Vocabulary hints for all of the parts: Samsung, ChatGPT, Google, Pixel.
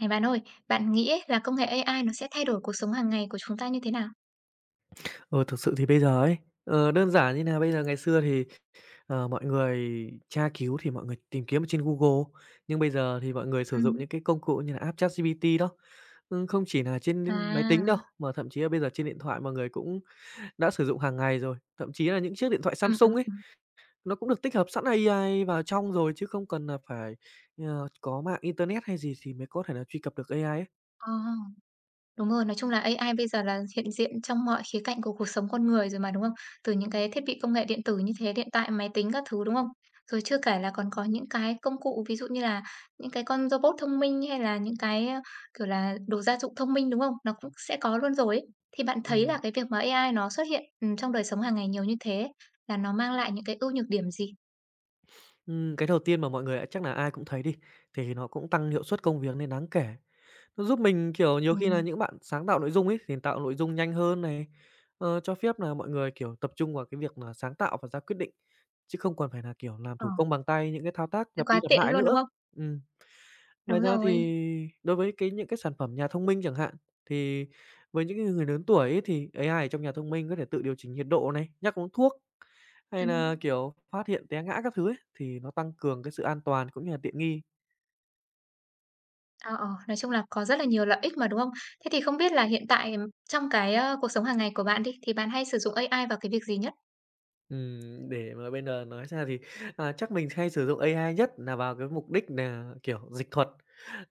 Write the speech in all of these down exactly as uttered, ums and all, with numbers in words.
Này bạn ơi, bạn nghĩ ấy là công nghệ a i nó sẽ thay đổi cuộc sống hàng ngày của chúng ta như thế nào? Ừ, thực sự thì bây giờ ấy, ờ, đơn giản như là bây giờ ngày xưa thì, ờ, mọi người tra cứu thì mọi người tìm kiếm ở trên Google, nhưng bây giờ thì mọi người sử dụng Ừm. những cái công cụ như là app ChatGPT đó. Ừm, không chỉ là trên máy tính đâu, À, mà thậm chí là bây giờ trên điện thoại mọi người cũng đã sử dụng hàng ngày rồi. Thậm chí là những chiếc điện thoại ừm, ừm, Samsung ấy, ừm. nó cũng được tích hợp sẵn a i vào trong rồi chứ không cần là phải, ờ, có mạng internet hay gì thì mới có thể là truy cập được a i ấy. Ờ, đúng rồi, nói chung là a i bây giờ là hiện diện trong mọi khía cạnh của cuộc sống con người rồi mà, đúng không? Từ những cái thiết bị công nghệ điện tử như thế, điện thoại, máy tính các thứ, đúng không? Rồi chưa kể là còn có những cái công cụ, ví dụ như là những cái con robot thông minh hay là những cái, ơ, kiểu là, đồ gia dụng thông minh, đúng không? Nó cũng sẽ có luôn rồi ấy. Thì bạn thấy là Ừm, cái việc mà a i nó xuất hiện, ừm, trong đời sống hàng ngày nhiều như thế ấy, là nó mang lại những cái ưu nhược điểm gì? ừm, cái đầu tiên mà mọi người, à, chắc là ai cũng thấy đi, thì nó cũng tăng hiệu suất công việc nên đáng kể. Nó giúp mình, kiểu, nhiều khi là Ừm, những bạn sáng tạo nội dung ấy, thì tạo nội dung nhanh hơn này, ờ, cho phép là mọi người, kiểu, tập trung vào cái việc là sáng tạo và ra quyết định, chứ không còn phải là kiểu, làm ờ, thủ công bằng tay những cái thao tác thế lặp đi quá lặp tiện lại luôn, đúng nữa. không? Ừm. Ngoài Đúng ra thì rồi. đối với cái những cái sản phẩm nhà thông minh chẳng hạn, thì với những cái người lớn tuổi ấy thì a i ở trong nhà thông minh có thể tự điều chỉnh nhiệt độ này, nhắc uống thuốc, hay là ừm, kiểu, phát hiện té ngã các thứ ấy, thì nó tăng cường cái sự an toàn cũng như là tiện nghi. ờ, ờ, nói chung là có rất là nhiều lợi ích mà, đúng không? Thế thì không biết là hiện tại, trong cái, ơ, cuộc sống hàng ngày của bạn đi, thì bạn hay sử dụng a i vào cái việc gì nhất? Ừm, để mà bây giờ nói ra thì, à, chắc mình hay sử dụng a i nhất là vào cái mục đích là kiểu, dịch thuật.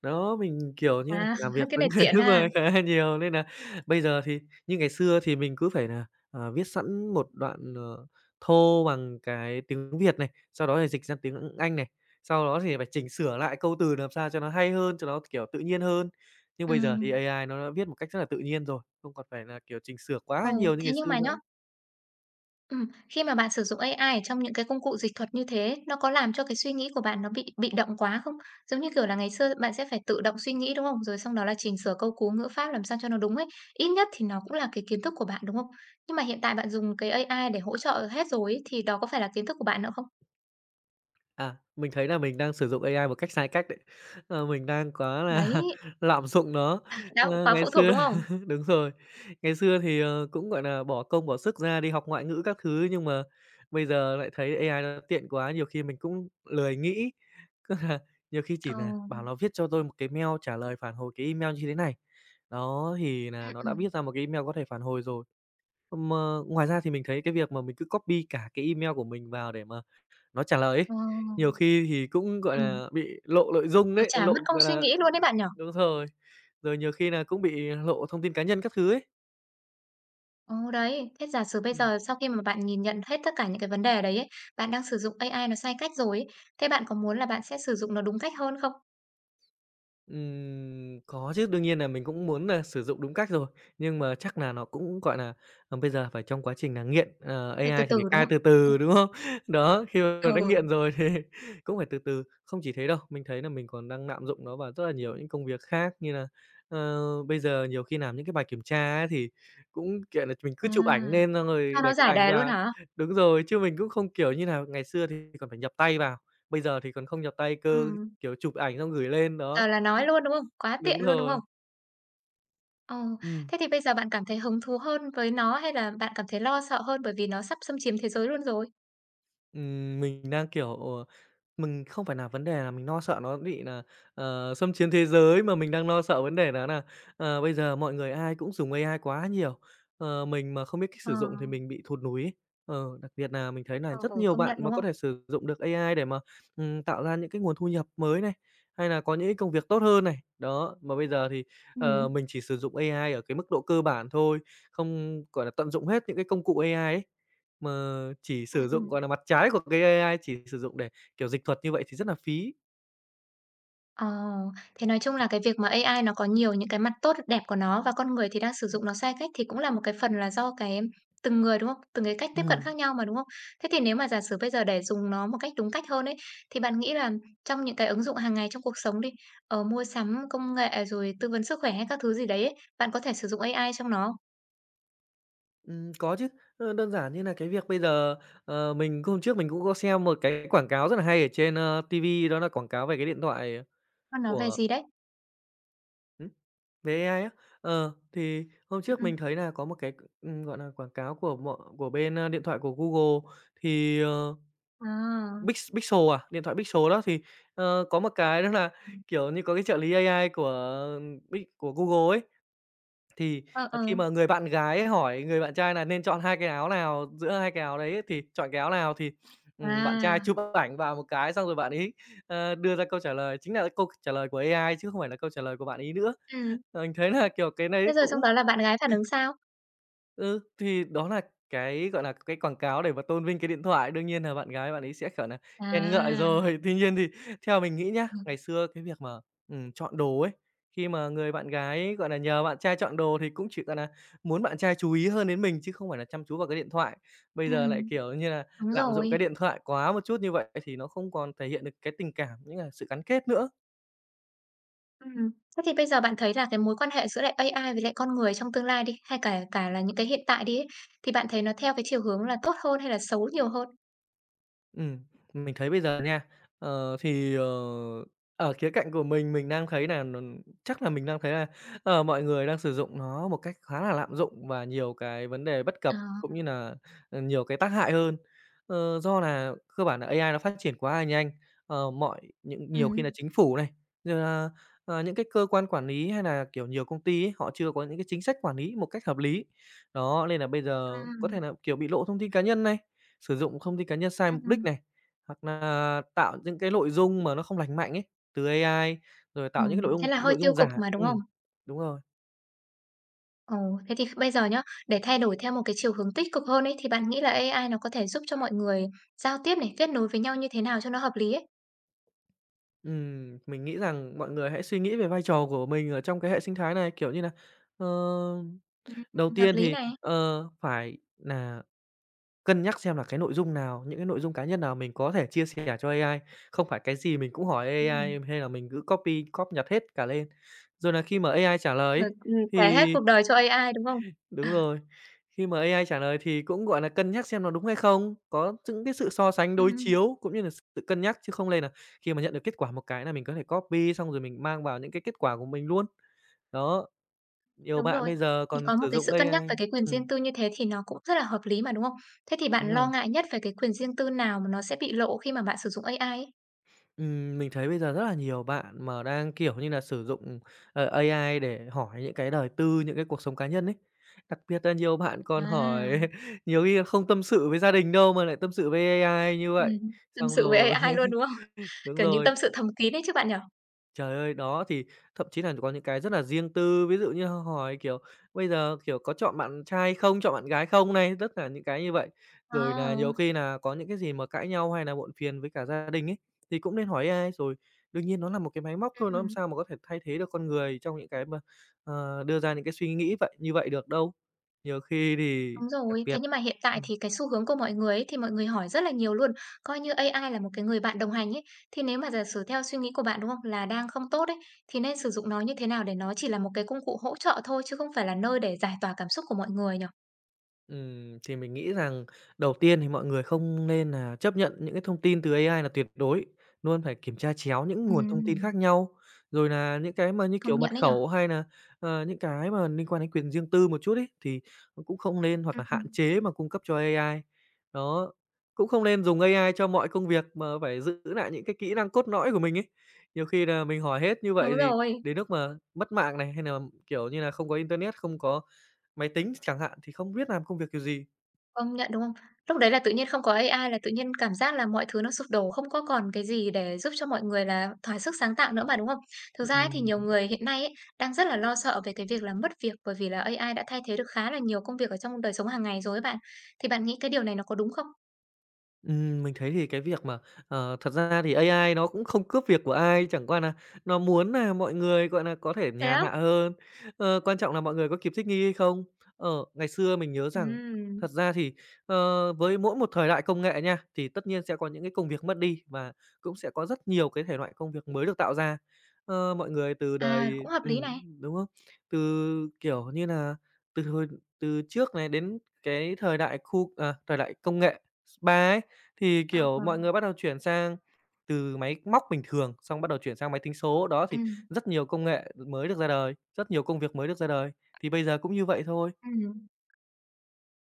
Đó, mình, kiểu như là, À, phải làm việc cái với này người tiện nước ha. ngoài khá là nhiều nên là bây giờ thì như ngày xưa thì mình cứ phải là à, viết sẵn một đoạn, ờ, thô bằng cái tiếng Việt này, sau đó thì dịch ra tiếng Anh này, sau đó thì phải chỉnh sửa lại câu từ làm sao cho nó hay hơn, cho nó, kiểu, tự nhiên hơn. Nhưng bây giờ thì Ừm, a i nó đã viết một cách rất là tự nhiên rồi, không còn phải là, kiểu, chỉnh sửa quá ồ, là nhiều như thế ngày nhưng xưa mà nữa. nhá. Ừm, khi mà bạn sử dụng a i ở trong những cái công cụ dịch thuật như thế, nó có làm cho cái suy nghĩ của bạn nó bị bị động quá không? Giống như, kiểu là, ngày xưa bạn sẽ phải tự động suy nghĩ, đúng không? Rồi xong đó là chỉnh sửa câu cú, ngữ pháp làm sao cho nó đúng ấy, ít nhất thì nó cũng là cái kiến thức của bạn, đúng không? Nhưng mà hiện tại bạn dùng cái a i để hỗ trợ hết rồi ấy, thì đó có phải là kiến thức của bạn nữa không? À, mình thấy là mình đang sử dụng a i một cách sai cách đấy. Ờ, mình đang quá là Đấy, lạm dụng nó. đó cũng Ờ, quá ngày phụ thuộc, xưa đúng không? đúng rồi, ngày xưa thì, ờ, cũng, gọi là bỏ công bỏ sức ra đi học ngoại ngữ các thứ, nhưng mà bây giờ lại thấy a i nó tiện quá, nhiều khi mình cũng lười nghĩ. Cứ là nhiều khi Ờ, chỉ là bảo ừm, nó viết cho tôi một cái mail trả lời phản hồi cái email như thế này, đó, thì là nó đã ừm, viết ra một cái email có thể phản hồi rồi. Mà ngoài ra thì mình thấy cái việc mà mình cứ copy cả cái email của mình vào để mà nó trả lời ấy, ờ, nhiều khi thì cũng, gọi ừm, là, bị lộ nội dung kiểu, đấy, chả lộ, mất công gọi suy là nghĩ luôn đấy bạn nhỉ? đúng rồi, rồi nhiều khi là cũng bị lộ thông tin cá nhân các thứ ấy. Ồ, đấy. Thế giả sử bây Ừm. giờ sau khi mà bạn nhìn nhận hết tất cả những cái vấn đề đấy ấy, bạn đang sử dụng a i nó sai cách rồi ấy, thế bạn có muốn là bạn sẽ sử dụng nó đúng cách hơn không? Ừm, có chứ, đương nhiên là mình cũng muốn là sử dụng đúng cách rồi, nhưng mà chắc là nó cũng, gọi là ờ, bây giờ phải trong quá trình là nghiện, ờ, Phải từ a i thì phải từ, đúng cai không? từ từ, đúng không? Đó, khi mà đã Ừ. nghiện rồi thì cũng phải từ từ. Không chỉ thế đâu, mình thấy là mình còn đang lạm dụng nó vào rất là nhiều những công việc khác như là ờ, bây giờ nhiều khi làm những cái bài kiểm tra ấy thì cũng, kiểu là, mình cứ chụp ảnh À, lên xong rồi cho nó để cái giải ảnh đề luôn vào hả? đúng rồi, chứ mình cũng không, kiểu như là ngày xưa thì còn phải nhập tay vào, bây giờ thì còn không nhập tay cơ, Ừ. kiểu, chụp ảnh xong gửi lên, đó. Giờ là nói luôn, đúng không? Quá Đúng tiện luôn, đúng không? rồi. Ờ, Ừm, thế thì bây giờ bạn cảm thấy hứng thú hơn với nó hay là bạn cảm thấy lo sợ hơn bởi vì nó sắp xâm chiếm thế giới luôn rồi? ừm, mình đang, kiểu, ờ, mình không phải là vấn đề là mình lo sợ nó bị nà, ờ, xâm chiếm thế giới, mà mình đang lo sợ vấn đề đó nà, ờ, bây giờ mọi người ai cũng dùng a i quá nhiều, ờ, mình mà không biết cách Ờ, sử dụng thì mình bị thụt lùi ấy. Ờ, đặc biệt nà mình thấy nà ờ, rất ờ, nhiều công bạn nhận, đúng mà có không? thể sử dụng được a i để mà, ừm, tạo ra những cái nguồn thu nhập mới này, hay là có những cái công việc tốt hơn này. Đó, mà bây giờ thì, Ừ. ờ, mình chỉ sử dụng a i ở cái mức độ cơ bản thôi, không, gọi là, tận dụng hết những cái công cụ a i ấy, mà chỉ Ừm, sử dụng, ừm. gọi là, mặt trái của cái a i, chỉ sử dụng để, kiểu, dịch thuật như vậy thì rất là phí. Ờ, thế nói chung là cái việc mà a i nó có nhiều những cái mặt tốt đẹp của nó và con người thì đang sử dụng nó sai cách thì cũng là một cái phần là do cái từng người, đúng không? Từng cái cách tiếp cận Ừm. khác nhau mà, đúng không? Thế thì nếu mà giả sử bây giờ để dùng nó một cách đúng cách hơn ấy, thì bạn nghĩ là trong những cái ứng dụng hàng ngày trong cuộc sống đi, ở mua sắm, công nghệ rồi tư vấn sức khỏe hay các thứ gì đấy ấy, bạn có thể sử dụng a i trong nó không? Ừm, có chứ, ơ, đơn giản như là cái việc bây giờ, ờ, mình hôm trước mình cũng có xem một cái quảng cáo rất là hay ở trên, ơ, ti vi đó là quảng cáo về cái điện thoại Và nó nói về của gì đấy? ừm, về a i á. Ờ, thì hôm Ừm, trước ừm. mình thấy là có một cái, ừm, gọi là quảng cáo của mọ của bên, a, điện thoại của Google thì, ờ À, Pix Pixel à? Điện thoại Pixel đó thì, ờ, có một cái đó là, kiểu như, có cái trợ lý a i của Pic của Google ấy, thì, ờ, ờ, ờ, khi mà người bạn gái ấy hỏi người bạn trai là nên chọn hai cái áo nào, giữa hai cái áo đấy ấy, thì chọn cái áo nào thì, ừm, bạn à, trai chụp ảnh vào một cái xong rồi bạn ấy, ờ, đưa ra câu trả lời, chính là câu trả lời của a i chứ không phải là câu trả lời của bạn ấy nữa. ừm, Ờ, mình thấy là, kiểu, cái đấy thế rồi xong cũng đó là bạn gái phản ứng sao? Ừ, thì đó là cái, gọi là, cái quảng cáo để mà tôn vinh cái điện thoại, đương nhiên là bạn gái bạn ấy sẽ, kiểu là khen ngợi À, rồi. Tuy nhiên thì theo mình nghĩ nhá, ngày xưa cái việc mà, ừm, chọn đồ ấy, khi mà người bạn gái, gọi là, nhờ bạn trai chọn đồ thì cũng chỉ, gọi nà, muốn bạn trai chú ý hơn đến mình chứ không phải là chăm chú vào cái điện thoại. Bây ừ giờ lại, kiểu như là, Đúng lạm dụng cái rồi. điện thoại quá một chút như vậy thì nó không còn thể hiện được cái tình cảm, những là sự gắn kết nữa. Ừm. Thế thì bây giờ bạn thấy là cái mối quan hệ giữa lại a i với lại con người trong tương lai đi, hay cả cả là những cái hiện tại đi ấy, thì bạn thấy nó theo cái chiều hướng là tốt hơn hay là xấu nhiều hơn? Ừm, mình thấy bây giờ nha, ờ, thì, ờ, ở khía cạnh của mình, mình đang thấy là nó chắc là mình đang thấy là, ờ, mọi người đang sử dụng nó một cách khá là lạm dụng và nhiều cái vấn đề bất Ờ, cập cũng như là ờ, nhiều cái tác hại hơn. Ờ, do là cơ bản nà a i nó phát triển quá là nhanh, ờ, mọi những nhiều khi là ừm, chính phủ này, rồi là, ờ, những cái cơ quan quản lý hay là kiểu, nhiều công ty ấy, họ chưa có những cái chính sách quản lý một cách hợp lý. Đó, nên là bây giờ có ừm, thể là kiểu, bị lộ thông tin cá nhân này, sử dụng thông tin cá nhân sai mục đích ừm, này, hoặc là tạo những cái nội dung mà nó không lành mạnh ấy, từ a i, rồi tạo những cái ừm, nội thế dung là hơi nội tiêu dung cực giả mà, đúng không? ừm, đúng rồi. Ồ, thế thì bây giờ nhá, để thay đổi theo một cái chiều hướng tích cực hơn ấy, thì bạn nghĩ là ây ai nó có thể giúp cho mọi người giao tiếp này, kết nối với nhau như thế nào cho nó hợp lý ấy? Ừm, mình nghĩ rằng mọi người hãy suy nghĩ về vai trò của mình ở trong cái hệ sinh thái này, kiểu như là ờ, đầu Ừm, hợp tiên lý thì, này. ờ, phải là cân nhắc xem là cái nội dung nào, những cái nội dung cá nhân nào mình có thể chia sẻ cho a i, không phải cái gì mình cũng hỏi Ừm, a i hay là mình cứ copy, copy nhặt hết cả lên. Rồi là khi mà a i trả lời ấy, rồi, ừm, thì kể hết cuộc đời cho a i, đúng không? Đúng À, rồi. Khi mà a i trả lời thì cũng, gọi là, cân nhắc xem nó đúng hay không, có những cái sự so sánh đối ừm. chiếu cũng như là sự cân nhắc, chứ không nên là khi mà nhận được kết quả một cái là mình có thể copy xong rồi mình mang vào những cái kết quả của mình luôn. Đó, nhiều Đúng bạn rồi, bây giờ thì còn có một sử cái dụng sự a i cân nhắc về cái quyền ừm, riêng tư như thế thì nó cũng rất là hợp lý mà, đúng không? Thế thì bạn đúng lo rồi. ngại nhất về cái quyền riêng tư nào mà nó sẽ bị lộ khi mà bạn sử dụng a i ấy? Ừm, mình thấy bây giờ rất là nhiều bạn mà đang, kiểu như là, sử dụng, ờ, a i để hỏi những cái đời tư, những cái cuộc sống cá nhân ấy. Đặc biệt là nhiều bạn còn hỏi À, nhiều khi là không tâm sự với gia đình đâu mà lại tâm sự với a i như vậy. ừm, tâm Xong sự với rồi a i luôn, đúng không? Đúng Kiểu những rồi. tâm sự thầm kín ấy chứ bạn nhỉ? Trời ơi, đó, thì thậm chí là có những cái rất là riêng tư, ví dụ như hỏi, kiểu, bây giờ, kiểu, có chọn bạn trai không, chọn bạn gái không này, tất cả những cái như vậy. Ờ, Rồi là nhiều khi là có những cái gì mà cãi nhau hay là muộn phiền với cả gia đình ấy, thì cũng nên hỏi a i. Rồi đương nhiên nó là một cái máy móc ừm, thôi, nó làm ừm, sao mà có thể thay thế được con người trong những cái mà, ờ, đưa ra những cái suy nghĩ vậy như vậy được đâu. Nhiều khi thì đúng đặc rồi. Thế biệt nhưng mà hiện tại Ừ. thì cái xu hướng của mọi người ấy, thì mọi người hỏi rất là nhiều luôn, coi như a i là một cái người bạn đồng hành ấy, thì nếu mà giả sử theo suy nghĩ của bạn, đúng không, là đang không tốt ấy, thì nên sử dụng nó như thế nào để nó chỉ là một cái công cụ hỗ trợ thôi chứ không phải là nơi để giải tỏa cảm xúc của mọi người nhỉ? Ừm, thì mình nghĩ rằng đầu tiên thì mọi người không nên là chấp nhận những cái thông tin từ a i là tuyệt đối, luôn phải kiểm tra chéo những nguồn thông tin Ừm, khác nhau. Rồi là những cái mà, như kiểu, công nhận mật đấy nhở. khẩu hay là ờ, những cái mà liên quan đến quyền riêng tư một chút ấy, thì cũng không nên hoặc Ừm, là hạn ừm, chế mà cung cấp cho ây ai. Đó, cũng không nên dùng a i cho mọi công việc mà phải giữ lại những cái kỹ năng cốt lõi của mình ấy. Nhiều khi là mình hỏi hết như vậy đúng thì rồi, đến lúc mà mất mạng này, hay là kiểu như là không có internet, không có máy tính chẳng hạn thì không biết làm công việc kiểu gì. công nhận, đúng không? Lúc đấy là tự nhiên không có a i là tự nhiên cảm giác là mọi thứ nó sụp đổ, không có còn cái gì để giúp cho mọi người là thỏa sức sáng tạo nữa mà, đúng không? Thực ra ấy thì Ừm. nhiều người hiện nay ấy, đang rất là lo sợ về cái việc là mất việc bởi vì là a i đã thay thế được khá là nhiều công việc ở trong đời sống hàng ngày rồi ấy bạn. Thì bạn nghĩ cái điều này nó có đúng không? Ừm, mình thấy thì cái việc mà, ờ, thật ra thì a i nó cũng không cướp việc của ai, chẳng qua là nó muốn là mọi người, gọi là có thể Thế nhàn á? hạ hơn, ờ, quan trọng là mọi người có kịp thích nghi hay không. Ờ, ngày xưa mình nhớ rằng Ừm, thật ra thì, ờ, với mỗi một thời đại công nghệ nha, thì tất nhiên sẽ có những cái công việc mất đi và cũng sẽ có rất nhiều cái thể loại công việc mới được tạo ra. Ờ, mọi người từ à, đời cũng hợp lý ừm, này. đúng không? Từ, kiểu như là từ hồi từ trước này đến cái thời đại khu à, thời đại công nghệ, spa ấy. Thì, Ờ, kiểu, ờ, mọi người bắt đầu chuyển sang từ máy móc bình thường, xong bắt đầu chuyển sang máy tính số, đó, thì ừm, rất nhiều công nghệ mới được ra đời, rất nhiều công việc mới được ra đời, thì bây giờ cũng như vậy thôi. ừm.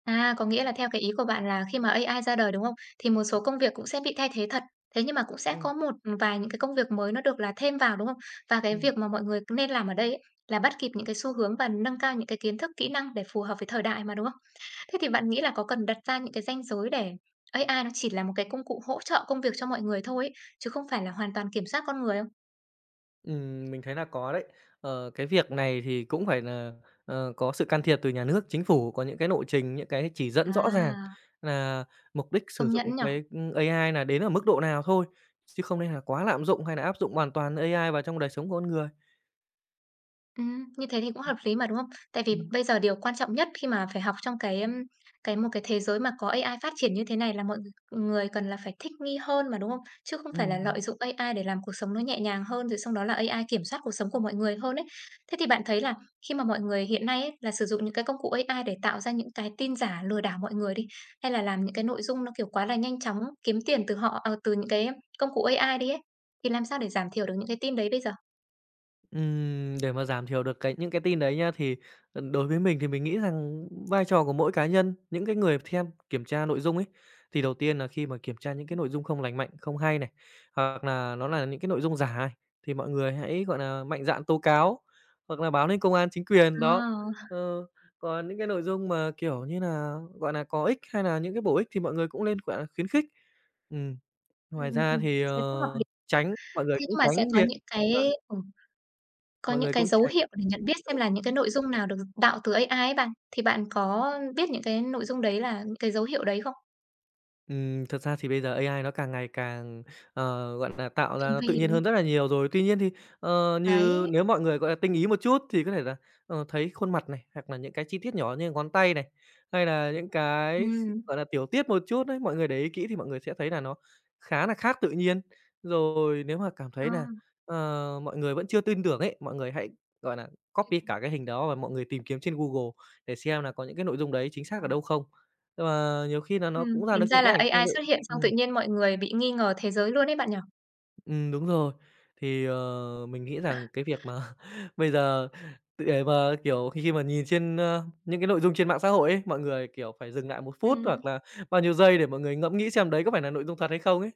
À, có nghĩa là theo cái ý của bạn là khi mà a i ra đời, đúng không? Thì một số công việc cũng sẽ bị thay thế thật, thế nhưng mà cũng sẽ có Ừm, một vài những cái công việc mới nó được là thêm vào, đúng không? Và cái ừm. việc mà mọi người nên làm ở đây ấy, là bắt kịp những cái xu hướng và nâng cao những cái kiến thức, kỹ năng để phù hợp với thời đại mà, đúng không? Thế thì bạn nghĩ là có cần đặt ra những cái ranh giới để a i nó chỉ là một cái công cụ hỗ trợ công việc cho mọi người thôi ấy, chứ không phải là hoàn toàn kiểm soát con người không? Ừm, mình thấy là có đấy. Ờ, cái việc này thì cũng phải nà, ờ, có sự can thiệp từ nhà nước, chính phủ, có những cái nội trình, những cái chỉ dẫn rõ ràng À, nà mục đích sử công dụng nhận nhỉ? cái, ưm, a i nà đến ở mức độ nào thôi, chứ không nên là quá lạm dụng hay là áp dụng hoàn toàn a i vào trong đời sống con người. Ừm, như thế thì cũng hợp lý mà, đúng không? Tại vì Ừm. bây giờ điều quan trọng nhất khi mà phải học trong cái, ưm, cái một cái thế giới mà có a i phát triển như thế này là mọi người cần là phải thích nghi hơn mà, đúng không? Chứ không phải là lợi Ừm. dụng a i để làm cuộc sống nó nhẹ nhàng hơn, rồi xong đó là a i kiểm soát cuộc sống của mọi người hơn ấy. Thế thì bạn thấy là khi mà mọi người hiện nay ấy là sử dụng những cái công cụ a i để tạo ra những cái tin giả lừa đảo mọi người đi, hay là làm những cái nội dung nó, kiểu, quá là nhanh chóng kiếm tiền từ họ ờ, từ những cái công cụ a i đi ấy, thì làm sao để giảm thiểu được những cái tin đấy bây giờ? Ừm, để mà giảm thiểu được cái những cái tin đấy nha, thì, ờ, đối với mình thì mình nghĩ rằng vai trò của mỗi cá nhân, những cái người theo kiểm tra nội dung ấy, thì đầu tiên là khi mà kiểm tra những cái nội dung không lành mạnh, không hay này, hoặc là nó là những cái nội dung giả này, thì mọi người hãy, gọi là mạnh dạn tố cáo hoặc là báo lên công an, chính quyền, đó. Ờ. Ờ, còn những cái nội dung mà, kiểu như là gọi là có ích hay là những cái bổ ích thì mọi người cũng lên, gọi là, khuyến khích. Ừm, Ừm, ngoài ừm, ra ừm, thì, như thế cũng hợp ờ, lý. tránh mọi người Thế cũng nhưng mà sẽ tránh có việc những ờ, cái ừm, có mọi những người cái cũng dấu tránh hiệu để nhận biết xem là những cái nội dung nào được tạo từ a i ấy bạn, thì bạn có biết những cái nội dung đấy là những cái dấu hiệu đấy không? Ừm, thật ra thì bây giờ a i nó càng ngày càng, ờ, gọi là tạo ra Tinh nó tự vi, nhiên đúng hơn không? rất là nhiều rồi. Tuy nhiên thì, ờ, như Đấy, nếu mọi người, gọi là, tinh ý một chút thì có thể là, ờ, thấy khuôn mặt này, hoặc là những cái chi tiết nhỏ như ngón tay này, hay là những cái, ừm, gọi là, tiểu tiết một chút đấy mọi người để ý kỹ thì mọi người sẽ thấy là nó khá là khác tự nhiên. Rồi nếu mà cảm ờ, thấy là ờ, mọi người vẫn chưa tin tưởng ấy, mọi người hãy, gọi là copy ừm, cả cái hình đó và mọi người tìm kiếm trên Google để xem là có những cái nội dung đấy chính xác ờ, ở đâu không. Nhưng mà nhiều khi là nó ừm, cũng ra tính được ra những là cái ảnh tương a i tự. xuất hiện xong tự Ừm, nhiên mọi người bị nghi ngờ thế giới luôn ấy bạn nhỉ? ừm, đúng rồi. Thì, ờ, mình nghĩ rằng cái việc mà bây giờ để mà, kiểu, khi khi mà nhìn trên, ơ, những cái nội dung trên mạng xã hội ấy, mọi người, kiểu, phải dừng lại một phút Ừm. hoặc là bao nhiêu giây để mọi người ngẫm nghĩ xem đấy có phải là nội dung thật hay không ấy.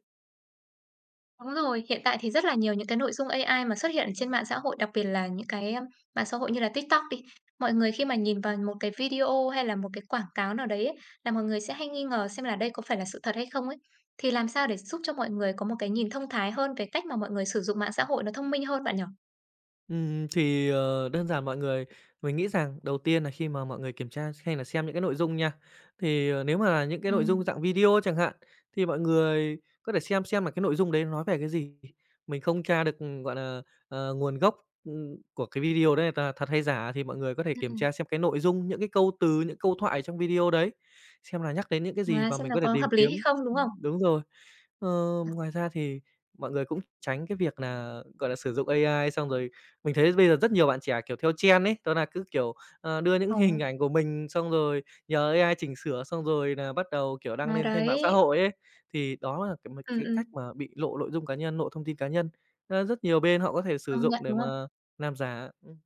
Đúng rồi, hiện tại thì rất là nhiều những cái nội dung a i mà xuất hiện ở trên mạng xã hội, đặc biệt là những cái, ưm, mạng xã hội như là TikTok đi. Mọi người khi mà nhìn vào một cái video hay là một cái quảng cáo nào đấy ấy, là mọi người sẽ hay nghi ngờ xem là đây có phải là sự thật hay không ấy. Thì làm sao để giúp cho mọi người có một cái nhìn thông thái hơn về cách mà mọi người sử dụng mạng xã hội nó thông minh hơn bạn nhỉ? Ừm, thì, ờ, đơn giản mọi người mình nghĩ rằng đầu tiên là khi mà mọi người kiểm tra hay là xem những cái nội dung nha, thì, ờ, nếu mà là những cái nội dung Ừm, dạng video chẳng hạn, thì mọi người có thể xem xem là cái nội dung đấy nó nói về cái gì. Mình không tra được, ừm, gọi là, ờ, nguồn gốc, ừm, của cái video đấy là thật hay giả thì mọi người có thể ừm, kiểm ừm. tra xem cái nội dung, những cái câu từ, những câu thoại trong video đấy, xem là nhắc đến những cái gì À, và xem mình là có thể có tìm hợp lý hay kiếm không, đúng không? ừm, đúng rồi. Ờ, ngoài ra thì mọi người cũng tránh cái việc là gọi là, sử dụng a i xong rồi mình thấy bây giờ rất nhiều bạn trẻ, kiểu, theo trend ấy, đó là cứ, kiểu, ờ, đưa những Ồ, hình ảnh của mình xong rồi nhờ ây ai chỉnh sửa, xong rồi là bắt đầu, kiểu, đăng à, lên trên mạng xã đấy, hội ấy. Thì đó là cái một ừm, cái ừm, cách mà bị lộ nội dung cá nhân, lộ thông tin cá nhân. Ơ, rất nhiều bên họ có thể sử công nhận, dụng để đúng không? mà làm giả. Ừm,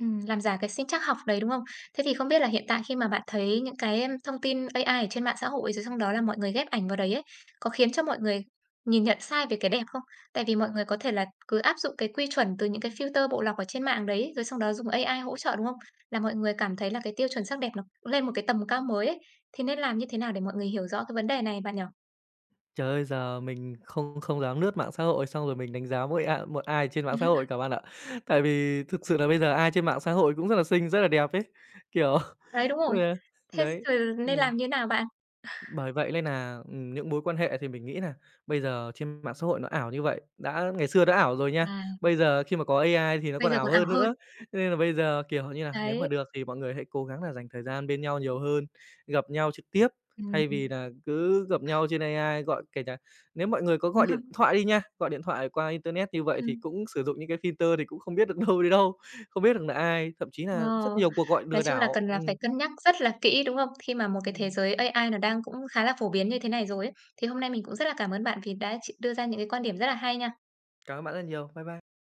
Ừm, làm giả cái sinh trắc học đấy, đúng không? Thế thì không biết là hiện tại khi mà bạn thấy những cái, ưm, thông tin a i ở trên mạng xã hội, rồi xong đó là mọi người ghép ảnh vào đấy ấy, có khiến cho mọi người nhìn nhận sai về cái đẹp không? Tại vì mọi người có thể là cứ áp dụng cái quy chuẩn từ những cái filter bộ lọc ở trên mạng đấy, rồi xong đó dùng a i hỗ trợ, đúng không? Là mọi người cảm thấy là cái tiêu chuẩn sắc đẹp nó lên một cái tầm cao mới ấy, thì nên làm như thế nào để mọi người hiểu rõ cái vấn đề này bạn nhỉ? trời ơi, giờ mình không không dám lướt mạng xã hội xong rồi mình đánh giá mỗi a một ai trên mạng xã hội cả bạn ạ. Tại vì thực sự là bây giờ ai trên mạng xã hội cũng rất là xinh, rất là đẹp ấy, kiểu, Đấy, đúng rồi. Thế đấy, rồi nên ừm. làm như nào bạn? Bởi vậy nên là ừm, những mối quan hệ thì mình nghĩ là bây giờ trên mạng xã hội nó ảo như vậy, đã ngày xưa đã ảo rồi nha, À, bây giờ khi mà có a i thì nó bây còn giờ ảo còn ảo hơn hơn. nữa. Cho nên là bây giờ, kiểu như là nếu mà Đấy. được thì mọi người hãy cố gắng là dành thời gian bên nhau nhiều hơn, gặp nhau trực tiếp thay vì Ừm. là cứ gặp nhau trên a i, gọi kể cả nếu mọi người có gọi điện thoại đi nha, gọi điện thoại qua internet như vậy thì cũng sử dụng những cái filter thì cũng không biết được đâu đến đâu, không biết được là ai, thậm chí là Ờ, rất nhiều cuộc gọi nói lừa chung là đảo. cần là Ừm, phải cân nhắc rất là kỹ, đúng không? Khi mà một cái thế ừm, giới ây ai nó đang cũng khá là phổ biến như thế này rồi ấy. Thì hôm nay mình cũng rất là cảm ơn bạn vì đã ch đưa ra những cái quan điểm rất là hay nha. cảm ơn bạn rất nhiều. Bye bye.